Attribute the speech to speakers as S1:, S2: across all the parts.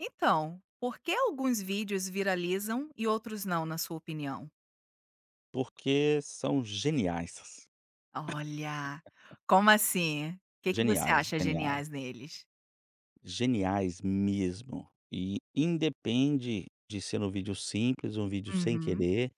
S1: Então, por que alguns vídeos viralizam e outros não, na sua opinião?
S2: Porque são geniais,
S1: Olha, como assim? O que que você
S2: geniais,
S1: acha
S2: geniais,
S1: geniais neles?
S2: geniais mesmo. E independe de ser um vídeo simples, um vídeo sem
S1: Uhum,
S2: querer,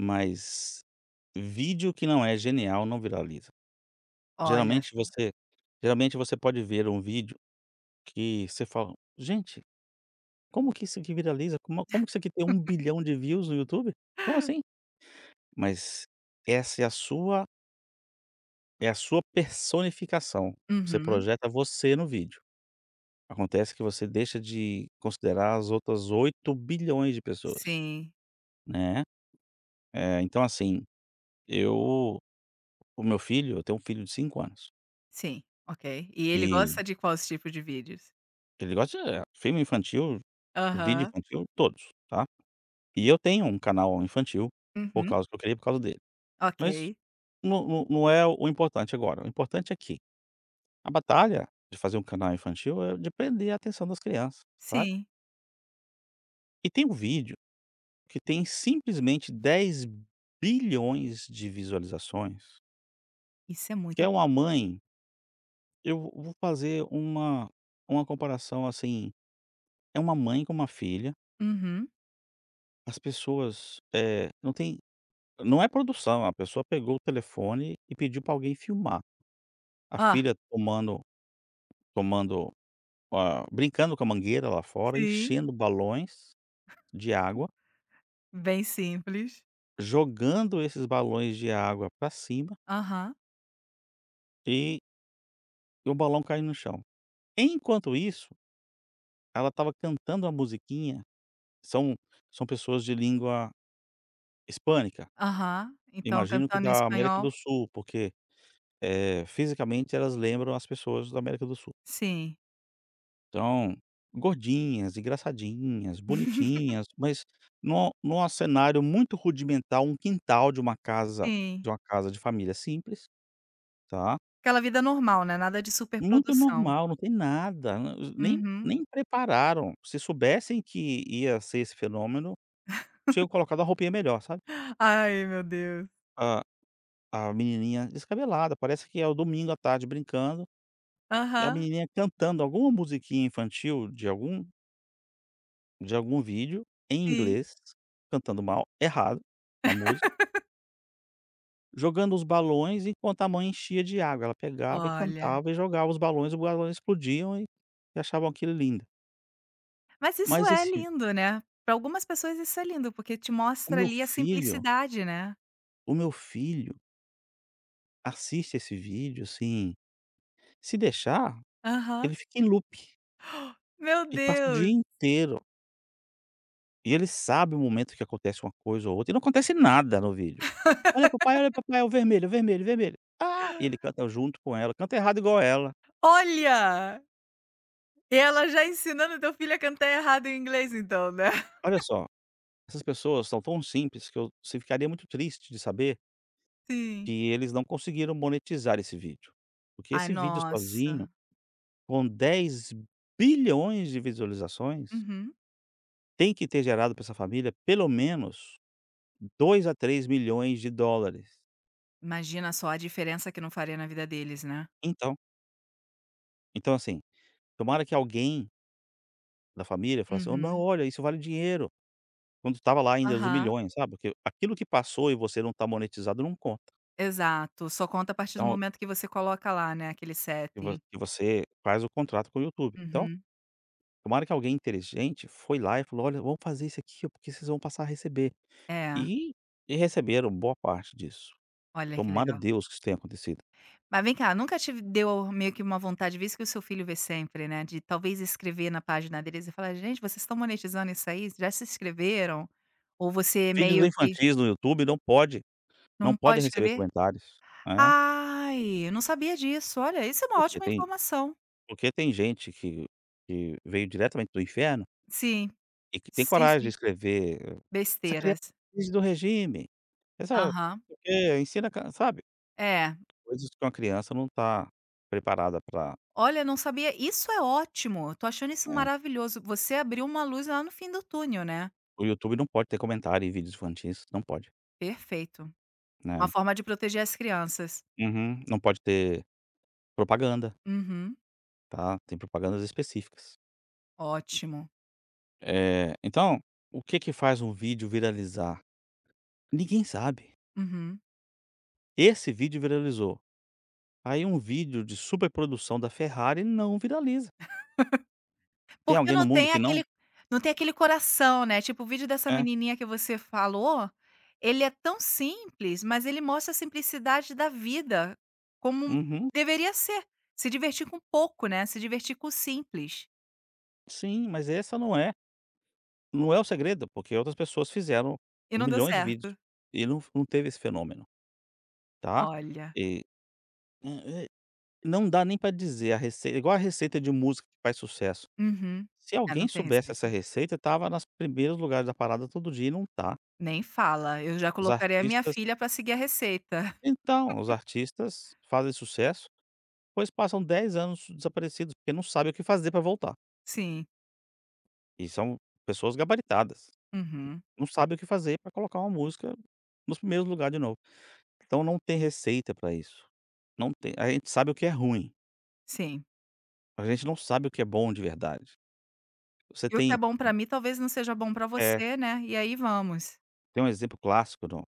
S2: mas vídeo que não é genial não viraliza.
S1: olha
S2: Geralmente
S1: só.
S2: você geralmente você pode ver um vídeo que você fala: "Gente, como que isso aqui viraliza? Como que isso aqui tem um bilhão de views no YouTube? Como assim?". Mas essa é a sua personificação, você
S1: Uhum,
S2: projeta você no vídeo. Acontece que você deixa de considerar as outras 8 bilhões de pessoas,
S1: sim,
S2: né. Então assim, eu eu tenho um filho de 5 anos,
S1: sim, ok. E ele gosta
S2: e
S1: de quais tipos de vídeos?
S2: ele gosta de filme infantil, vídeo
S1: Aham,
S2: infantil, todos, tá. E eu tenho um canal infantil, por
S1: uhum,
S2: causa que eu criei por causa dele. Mas
S1: ok,
S2: não é o importante agora, o importante é que a batalha de fazer um canal infantil é de prender a atenção das crianças, sabe.
S1: sim,
S2: E tem um vídeo que tem simplesmente 10 bilhões de visualizações,
S1: isso é
S2: que
S1: muita
S2: é uma mãe, eu vou fazer uma comparação, assim, é uma mãe com uma filha,
S1: uhum,
S2: as pessoas, não é produção, a pessoa pegou o telefone e pediu para alguém filmar. A
S1: ah,
S2: filha tomando, brincando com a mangueira lá fora,
S1: sim,
S2: enchendo balões de água,
S1: bem simples,
S2: jogando esses balões de água para cima
S1: aham,
S2: e o balão caindo no chão. Enquanto isso, ela estava cantando uma musiquinha. São são pessoas de língua hispânica,
S1: aham, então
S2: imagino que
S1: cantando em
S2: da América
S1: espanhol,
S2: do Sul, porque, fisicamente elas lembram as pessoas da América do Sul.
S1: sim,
S2: Então, gordinhas, engraçadinhas, bonitinhas, mas num cenário muito rudimentar, um quintal de uma casa
S1: sim.
S2: de família simples, tá,
S1: Aquela vida normal, né, nada de
S2: muito
S1: superprodução.
S2: normal, não tem nada, n- nem
S1: Uhum.
S2: nem prepararam, se soubessem que ia ser esse fenômeno, tinham colocado a roupinha melhor, sabe?
S1: Ai, meu Deus.
S2: Ah, a menininha descabelada, parece que é o domingo à tarde brincando, e a
S1: Aham,
S2: menininha cantando alguma musiquinha infantil de algum vídeo, em
S1: sim.
S2: inglês, cantando mal, errado, a música, jogando os balões enquanto a mãe enchia de água, ela pegava e
S1: Olha,
S2: cantava e jogava os balões explodiam e achavam aquilo lindo.
S1: mas isso
S2: Mas
S1: é
S2: esse
S1: lindo, né. Pra algumas pessoas isso é lindo, porque te
S2: o
S1: mostra
S2: meu
S1: ali a
S2: filho
S1: simplicidade, né.
S2: o meu filho assiste esse vídeo, assim, se deixar,
S1: Aham.
S2: ele fica em loop,
S1: Meu
S2: e passa o dia
S1: Deus.
S2: inteiro. E ele sabe o momento que acontece uma coisa ou outra e não acontece nada no vídeo. Olha papai, é o vermelho, é o vermelho, é o vermelho. Ah!" E ele canta junto com ela, canta errado igual ela.
S1: Olha, ela já ensinando teu filho a cantar errado em inglês então, né.
S2: Olha só, essas pessoas são tão simples que eu se ficaria muito triste de saber
S1: Sim.
S2: que eles não conseguiram monetizar esse vídeo. Porque
S1: Ai,
S2: esse vídeo sozinho,
S1: nossa.
S2: com 10 bilhões de visualizações,
S1: Uhum.
S2: tem que ter gerado para essa família pelo menos 2 a 3 milhões de dólares.
S1: Imagina só a diferença que não faria na vida deles, né.
S2: Então então assim, tomara que alguém da família falar assim: "Oh, não,
S1: Uhum.
S2: olha, isso vale dinheiro", quando estava lá ainda os
S1: Aham.
S2: milhões, sabe, porque aquilo que passou e você não está monetizado não conta.
S1: Exato, só conta a partir do
S2: Então,
S1: momento que você coloca lá, né, aquele
S2: e vo
S1: setting.
S2: e você faz o contrato com o YouTube. Então,
S1: Uhum.
S2: tomara que alguém inteligente foi lá e falou: "Olha, vamos fazer isso aqui, ó, porque vocês vão passar a receber",
S1: É,
S2: e e receberam boa parte disso.
S1: olha que
S2: Tomara a
S1: legal.
S2: Deus que isso tenha acontecido.
S1: Mas vem cá, nunca te deu meio que uma vontade, visto que o seu filho vê sempre, né, de talvez escrever na página deles e falar: "Gente, vocês estão monetizando isso aí? Já se inscreveram?" Ou você
S2: Vídeos
S1: meio que
S2: infantis no YouTube não
S1: não pode
S2: podem receber
S1: escrever?
S2: comentários, é,
S1: Ai, eu não sabia disso. Olha, isso é uma
S2: porque
S1: ótima
S2: tem
S1: informação.
S2: porque tem gente que veio diretamente do inferno
S1: Sim,
S2: e que tem
S1: sim,
S2: coragem de
S1: sim.
S2: escrever: essa criança
S1: Besteiras.
S2: precisa do regime, essa
S1: Aham.
S2: ensina, ca sabe,
S1: É.
S2: coisas que uma criança não tá preparada pra,
S1: Olha, não sabia. Isso é ótimo. Eu tô achando isso
S2: né.
S1: maravilhoso. Você abriu uma luz lá no fim do túnel, né.
S2: O YouTube não pode ter comentário em vídeos infantis, não pode,
S1: Perfeito. Uma
S2: né.
S1: forma de proteger as crianças.
S2: Uhum. Não pode ter propaganda,
S1: Uhum.
S2: tá, tem propagandas específicas.
S1: Ótimo.
S2: Então, o que que faz um vídeo viralizar? Ninguém sabe.
S1: Uhum.
S2: Esse vídeo viralizou, aí um vídeo de superprodução da Ferrari não viraliza. Tem
S1: Porque
S2: alguém no
S1: não
S2: mundo
S1: tem
S2: que não?
S1: aquele não tem aquele coração, né. Tipo, o vídeo dessa
S2: É.
S1: menininha que você falou, ele é tão simples, mas ele mostra a simplicidade da vida, como
S2: Uhum.
S1: deveria ser. Se divertir com pouco, né, se divertir com o simples.
S2: Sim, mas essa não é não é o segredo, porque outras pessoas fizeram
S1: E não deu
S2: milhões de vídeos
S1: certo.
S2: e não teve esse fenômeno, tá?
S1: Olha.
S2: E eh, eh, não dá nem pra dizer a receita igual a receita de música que faz sucesso.
S1: Uhum.
S2: Se
S1: É,
S2: alguém
S1: não tem
S2: soubesse essa
S1: receita.
S2: receita, estava nas primeiros lugares da parada todo dia e não tá.
S1: Nem fala, eu já
S2: Os
S1: colocaria a minha
S2: artistas
S1: filha para seguir a receita.
S2: então, os artistas fazem sucesso, pois passam 10 anos desaparecidos, porque não sabem o que fazer pra voltar.
S1: Sim.
S2: E são pessoas gabaritadas,
S1: Uhum.
S2: não sabem o que fazer pra colocar uma música nos primeiros lugares de novo. Então não tem receita pra isso. Não tem a gente sabe o que é ruim,
S1: Sim.
S2: a gente não sabe o que é bom de verdade. Você
S1: E o que é
S2: tem
S1: bom para mim talvez não seja bom para
S2: É.
S1: você, né, e aí vamos.
S2: Tem um exemplo clássico no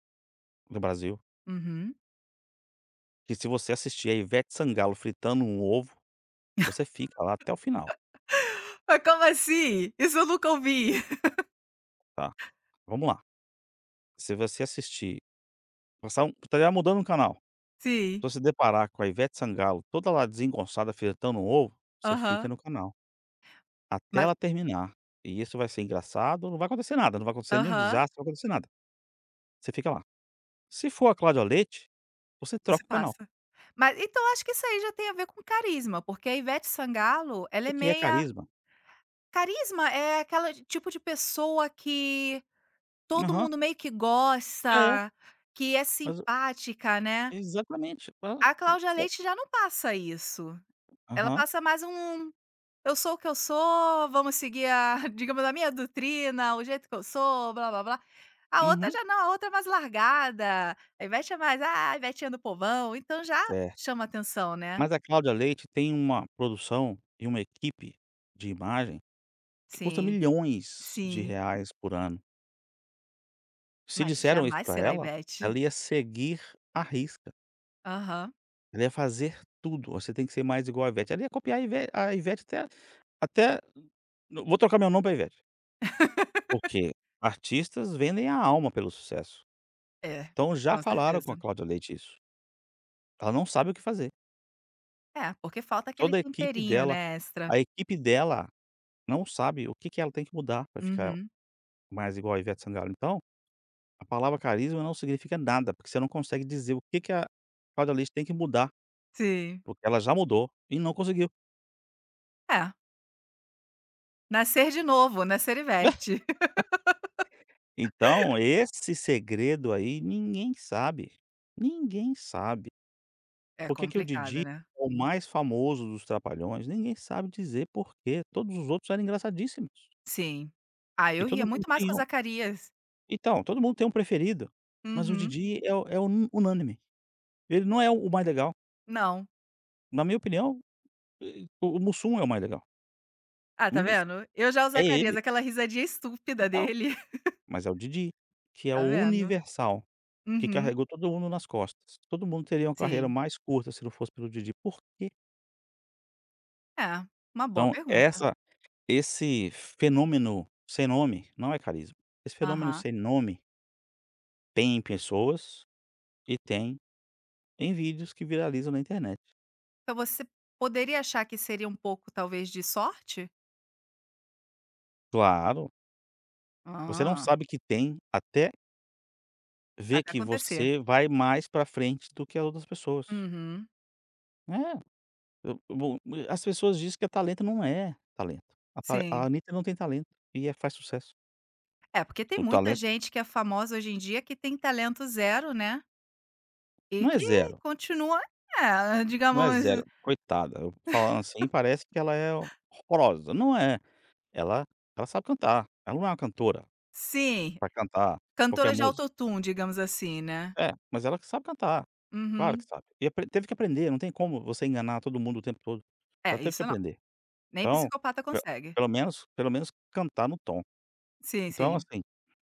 S2: no Brasil,
S1: Uhum.
S2: que se você assistir a Ivete Sangalo fritando um ovo, você fica lá até o final,
S1: Mas como assim? Isso eu nunca ouvi.
S2: tá. Vamos lá, se você assistir passar um, estaria mudando o canal,
S1: Sim.
S2: se você deparar com a Ivete Sangalo toda lá desengonçada fritando um ovo, você fica
S1: Aham.
S2: no canal, até
S1: Mas
S2: ela terminar. E isso vai ser engraçado, não vai acontecer nada, não vai acontecer nenhum
S1: aham,
S2: desastre, não vai acontecer nada. Você fica lá. Se for a Cláudia Leite, você
S1: você
S2: troca o canal.
S1: passa. Mas então acho que isso aí já tem a ver com carisma, porque a Ivete Sangalo, ela
S2: O
S1: é
S2: que é
S1: meia
S2: carisma?
S1: carisma é aquela de- tipo de pessoa que todo
S2: Aham.
S1: mundo meio que
S2: É,
S1: gosta, que é
S2: mas
S1: simpática, né.
S2: exatamente. Hã,
S1: A Cláudia Leite já não passa isso. Ela
S2: aham,
S1: passa mais um: "Eu sou o que eu sou, vamos seguir a digamos, a minha doutrina, o jeito que eu sou, blá-blá-blá". A outra
S2: uhum.
S1: já não, a outra é mais largada, a Ivete é mais: "Ah, a Ivetinha do povão", então já
S2: Certo.
S1: chama atenção, né.
S2: Mas a Cláudia Leite tem uma produção e uma equipe de imagem que custa
S1: Sim,
S2: milhões de
S1: sim,
S2: reais por ano. Se
S1: mas
S2: disseram isso
S1: jamais
S2: pra
S1: será a
S2: ela,
S1: Ivete.
S2: ela ia seguir à risca,
S1: Aham.
S2: ela ia fazer tudo. "Você tem que ser mais igual a Ivete". Ela ia copiar a Ivete até "vou trocar meu nome pra Ivete", porque artistas vendem a alma pelo sucesso.
S1: É,
S2: Então já
S1: com
S2: falaram com a
S1: certeza.
S2: Cláudia Leite isso. Ela não sabe o que fazer.
S1: É, porque falta aquele
S2: Toda
S1: temperinho, né, extra.
S2: a equipe dela não sabe o que que ela tem que mudar para ficar
S1: Uhum.
S2: mais igual a Ivete Sangalo. Então, a palavra carisma não significa nada, porque você não consegue dizer o que que a Cláudia Leite tem que mudar,
S1: Sim.
S2: porque ela já mudou e não conseguiu.
S1: É, nascer de novo, nascer Ivete.
S2: Então esse segredo aí ninguém sabe, ninguém sabe.
S1: É
S2: Por que que o Didi
S1: complicado, né.
S2: é o mais famoso dos Trapalhões? Ninguém sabe dizer por quê, todos os outros eram engraçadíssimos
S1: Sim. Ah,
S2: e
S1: eu ria
S2: todo mundo
S1: muito mais com o
S2: tinha um
S1: Zacarias.
S2: então, todo mundo tem um preferido, mas o
S1: Uhum.
S2: Didi é o é unu unânime. Ele não é o mais legal.
S1: Não.
S2: Na minha opinião, e o Mussum é o mais legal.
S1: Ah, tá
S2: Mas
S1: vendo? Eu já o
S2: é
S1: Zacarias,
S2: ele,
S1: aquela risadinha estúpida
S2: então,
S1: dele.
S2: mas é o Didi, que é
S1: Tá
S2: o
S1: vendo?
S2: universal, que
S1: Uhum.
S2: carregou todo mundo nas costas. Todo mundo teria uma carreira
S1: Sim.
S2: mais curta se não fosse pelo Didi. Por quê?
S1: É, uma boa
S2: Então
S1: pergunta.
S2: essa esse fenômeno sem nome não é carisma. Esse fenômeno
S1: Aham.
S2: sem nome tem em pessoas e tem em vídeos que viralizam na internet.
S1: Então você poderia achar que seria um pouco, talvez, de sorte?
S2: Claro, você não
S1: Ah,
S2: sabe que tem até ver
S1: até
S2: que
S1: acontecer.
S2: você vai mais pra frente do que as outras pessoas.
S1: Uhum.
S2: É, eu bom, as pessoas dizem que é talento, não é talento. A
S1: Sim.
S2: Anitta não tem talento e faz sucesso.
S1: É, porque tem
S2: O
S1: muita
S2: talento
S1: gente que é famosa hoje em dia que tem talento zero, né, e
S2: não é
S1: que
S2: zero,
S1: continua é,
S2: não é
S1: digamos
S2: zero. Coitada, eu falando assim parece que ela é horrorosa, não é, ela ela sabe cantar, ela não é uma cantora
S1: sim.
S2: pra cantar qualquer
S1: Cantora de
S2: música.
S1: autotune, digamos assim, né.
S2: É, mas ela que sabe cantar, claro
S1: Uhum.
S2: que sabe. E apren teve que aprender, não tem como você enganar todo mundo o tempo todo. Ela
S1: É,
S2: teve que
S1: isso não,
S2: aprender.
S1: nem
S2: Então,
S1: psicopata
S2: pe
S1: consegue.
S2: pelo menos cantar no tom.
S1: Sim,
S2: Então,
S1: sim.
S2: assim,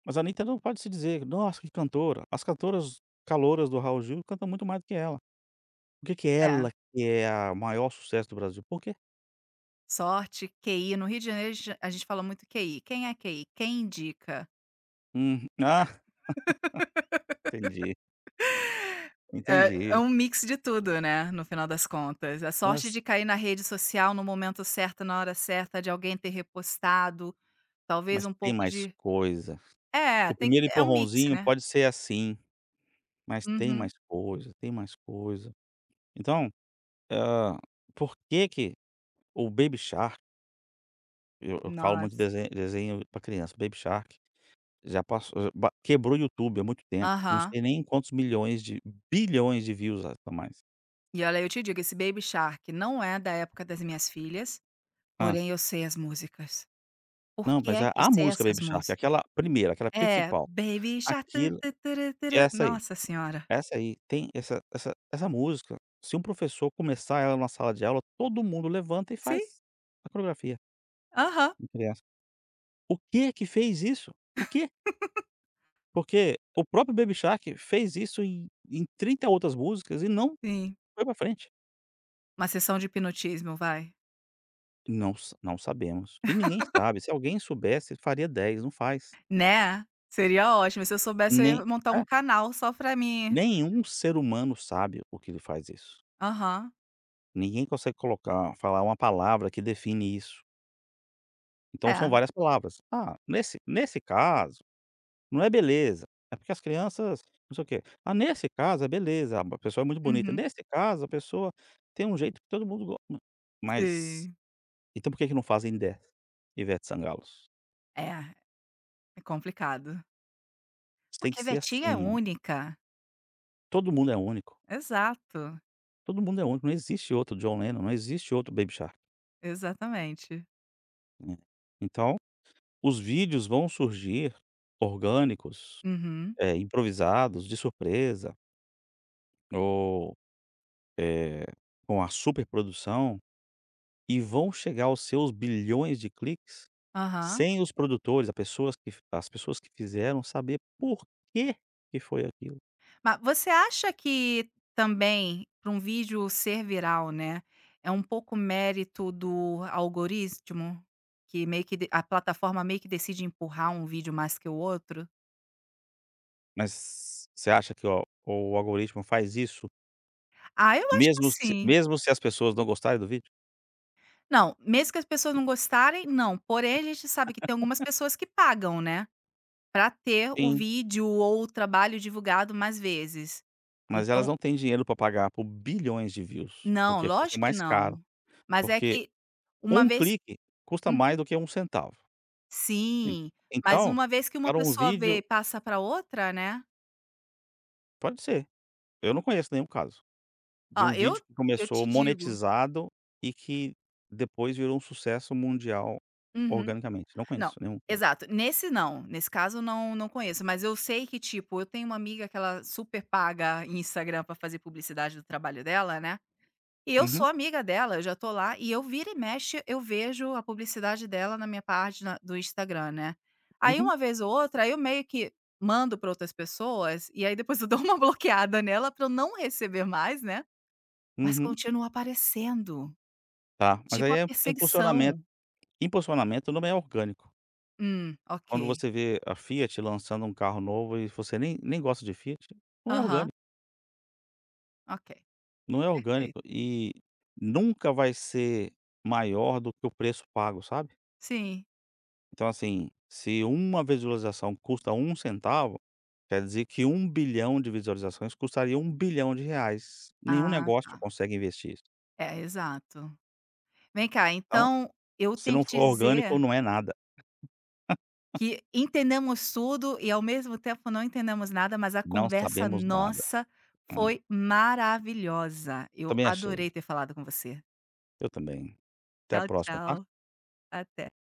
S2: mas a Anitta não pode se dizer: "Nossa, que cantora". As cantoras calouras do Raul Gil cantam muito mais do que ela. Por que que
S1: É.
S2: ela, que é a maior sucesso do Brasil, por quê?
S1: Sorte, QI, no Rio de Janeiro a gente fala muito QI. Quem é QI? Quem indica?
S2: Ah, entendi,
S1: É
S2: entendi.
S1: um mix de tudo, né, no final das contas. A sorte
S2: Mas
S1: de cair na rede social no momento certo, na hora certa, de alguém ter repostado, talvez
S2: mas
S1: um
S2: tem
S1: pouco
S2: mais
S1: de
S2: coisa.
S1: é,
S2: O
S1: tem que
S2: primeiro
S1: é um mix,
S2: empurrãozinho
S1: né.
S2: pode ser assim, mas tem
S1: Uhum.
S2: mais coisa, tem mais coisa. Então, hã, por que que o Baby Shark eu falo muito de
S1: Nossa.
S2: desenho para criança, Baby Shark. Já passou já ba Quebrou o YouTube há muito tempo, não
S1: Aham.
S2: sei nem quantos milhões de bilhões de views a mais.
S1: E olha, eu te digo, esse Baby Shark não é da época das minhas filhas.
S2: Ah.
S1: Porém eu sei as músicas. Por
S2: Não,
S1: que
S2: mas
S1: é
S2: a
S1: que eu
S2: a
S1: sei
S2: música
S1: essas
S2: Baby Shark,
S1: músicas?
S2: aquela primeira, aquela
S1: É,
S2: principal,
S1: Baby Shark tu
S2: aquilo
S1: tu turu
S2: é
S1: turu.
S2: essa aí,
S1: Nossa senhora.
S2: é essa aí, tem essa música, se um professor começar ela na sala de aula, todo mundo levanta e
S1: Sim,
S2: faz a coreografia
S1: aham,
S2: com criança. O que que fez isso? O quê? Porque o próprio Baby Shark fez isso em 30 outras músicas e não
S1: sim.
S2: foi pra frente.
S1: Uma sessão de hipnotismo, vai.
S2: Não sabemos. E ninguém sabe, se alguém soubesse faria 10, não faz.
S1: Né? Seria ótimo, se eu soubesse eu
S2: Nem
S1: ia montar um
S2: é,
S1: canal só pra mim.
S2: nenhum ser humano sabe o que ele faz isso.
S1: Aham.
S2: Ninguém consegue colocar falar uma palavra que define isso. Então são
S1: É,
S2: várias palavras. "Ah, nesse caso, não é beleza, é porque as crianças não sei o quê. Ah, nesse caso é beleza, a pessoa é muito bonita.
S1: uhum.
S2: Nesse caso a pessoa tem um jeito que todo mundo gosta". Mas,
S1: Sim.
S2: então, por que que não fazem 10 Ivete Sangalos?
S1: É, é complicado.
S2: Tem que
S1: Porque
S2: ser
S1: Vetinha é
S2: assim ó,
S1: única.
S2: todo mundo é único.
S1: Exato,
S2: Todo mundo é único, não existe outro John Lennon, não existe outro Baby Shark,
S1: exatamente.
S2: né. Então, os vídeos vão surgir orgânicos,
S1: Uhum.
S2: improvisados, de surpresa ou, eh, com a superprodução, e vão chegar aos seus bilhões de cliques
S1: Aham.
S2: sem os produtores, as pessoas que fizeram saber por que que foi aquilo.
S1: Mas você acha que também, para um vídeo ser viral, né, é um pouco mérito do algoritmo? Que meio que de a plataforma meio que decide empurrar um vídeo mais que o outro?
S2: Mas você acha que o algoritmo faz isso
S1: Ah, eu acho que
S2: mesmo se
S1: sim.
S2: mesmo se as pessoas não gostarem do vídeo?
S1: Não, mesmo que as pessoas não gostarem, não. Porém, a gente sabe que tem algumas pessoas que pagam, né, pra ter o
S2: Sim.
S1: vídeo ou o trabalho divulgado mais vezes.
S2: Mas elas
S1: Então
S2: não têm dinheiro para pagar por bilhões de views,
S1: não,
S2: porque custa
S1: lógico que
S2: mais
S1: não.
S2: caro,
S1: Mas é
S2: porque
S1: que uma
S2: um
S1: vez
S2: clique custa mais do que um centavo. En
S1: sim, mas
S2: Então,
S1: uma vez que uma
S2: para um
S1: pessoa vê
S2: vídeo
S1: e passa para outra, né.
S2: pode ser, eu não conheço nenhum caso, de
S1: Ó,
S2: um
S1: eu
S2: vídeo que
S1: eu
S2: começou
S1: te digo
S2: monetizado e que depois virou um sucesso mundial
S1: uhum.
S2: organicamente, não
S1: Não,
S2: conheço nenhum caso.
S1: exato, nesse não, nesse caso não conheço, mas eu sei que, tipo, eu tenho uma amiga que ela super paga em Instagram para fazer publicidade do trabalho dela, né, e eu
S2: Uhum,
S1: sou amiga dela, eu já tô lá e eu vira e mexe, eu vejo a publicidade dela na minha página do Instagram, né. Aí
S2: uhum,
S1: uma vez ou outra, eu meio que mando para outras pessoas, e aí depois eu dou uma bloqueada nela para eu não receber mais, né. Mas
S2: uhum.
S1: continua aparecendo,
S2: Tá, mas
S1: tipo
S2: aí
S1: a
S2: é
S1: perseguição.
S2: impulsionamento não é orgânico.
S1: Ok.
S2: Quando você vê a Fiat lançando um carro novo e você nem gosta de Fiat, não é
S1: Aham,
S2: orgânico.
S1: ok,
S2: Não é orgânico
S1: perfeito.
S2: e nunca vai ser maior do que o preço pago, sabe.
S1: Sim.
S2: Então, assim, se uma visualização custa um centavo, quer dizer que um bilhão de visualizações custaria um bilhão de reais. Nenhum
S1: Ah,
S2: negócio
S1: tá.
S2: consegue investir isso.
S1: É, exato. Vem cá,
S2: Então,
S1: então eu
S2: se
S1: tenho
S2: não
S1: que te
S2: for orgânico,
S1: dizer
S2: não é nada.
S1: que entendemos tudo e ao mesmo tempo não entendemos nada, mas a
S2: Não
S1: conversa
S2: sabemos nada,
S1: nossa
S2: né.
S1: foi maravilhosa. Eu
S2: Também achei.
S1: adorei ter falado com você.
S2: Eu também. Até a
S1: Tchau,
S2: próxima, tá?
S1: tchau. Até.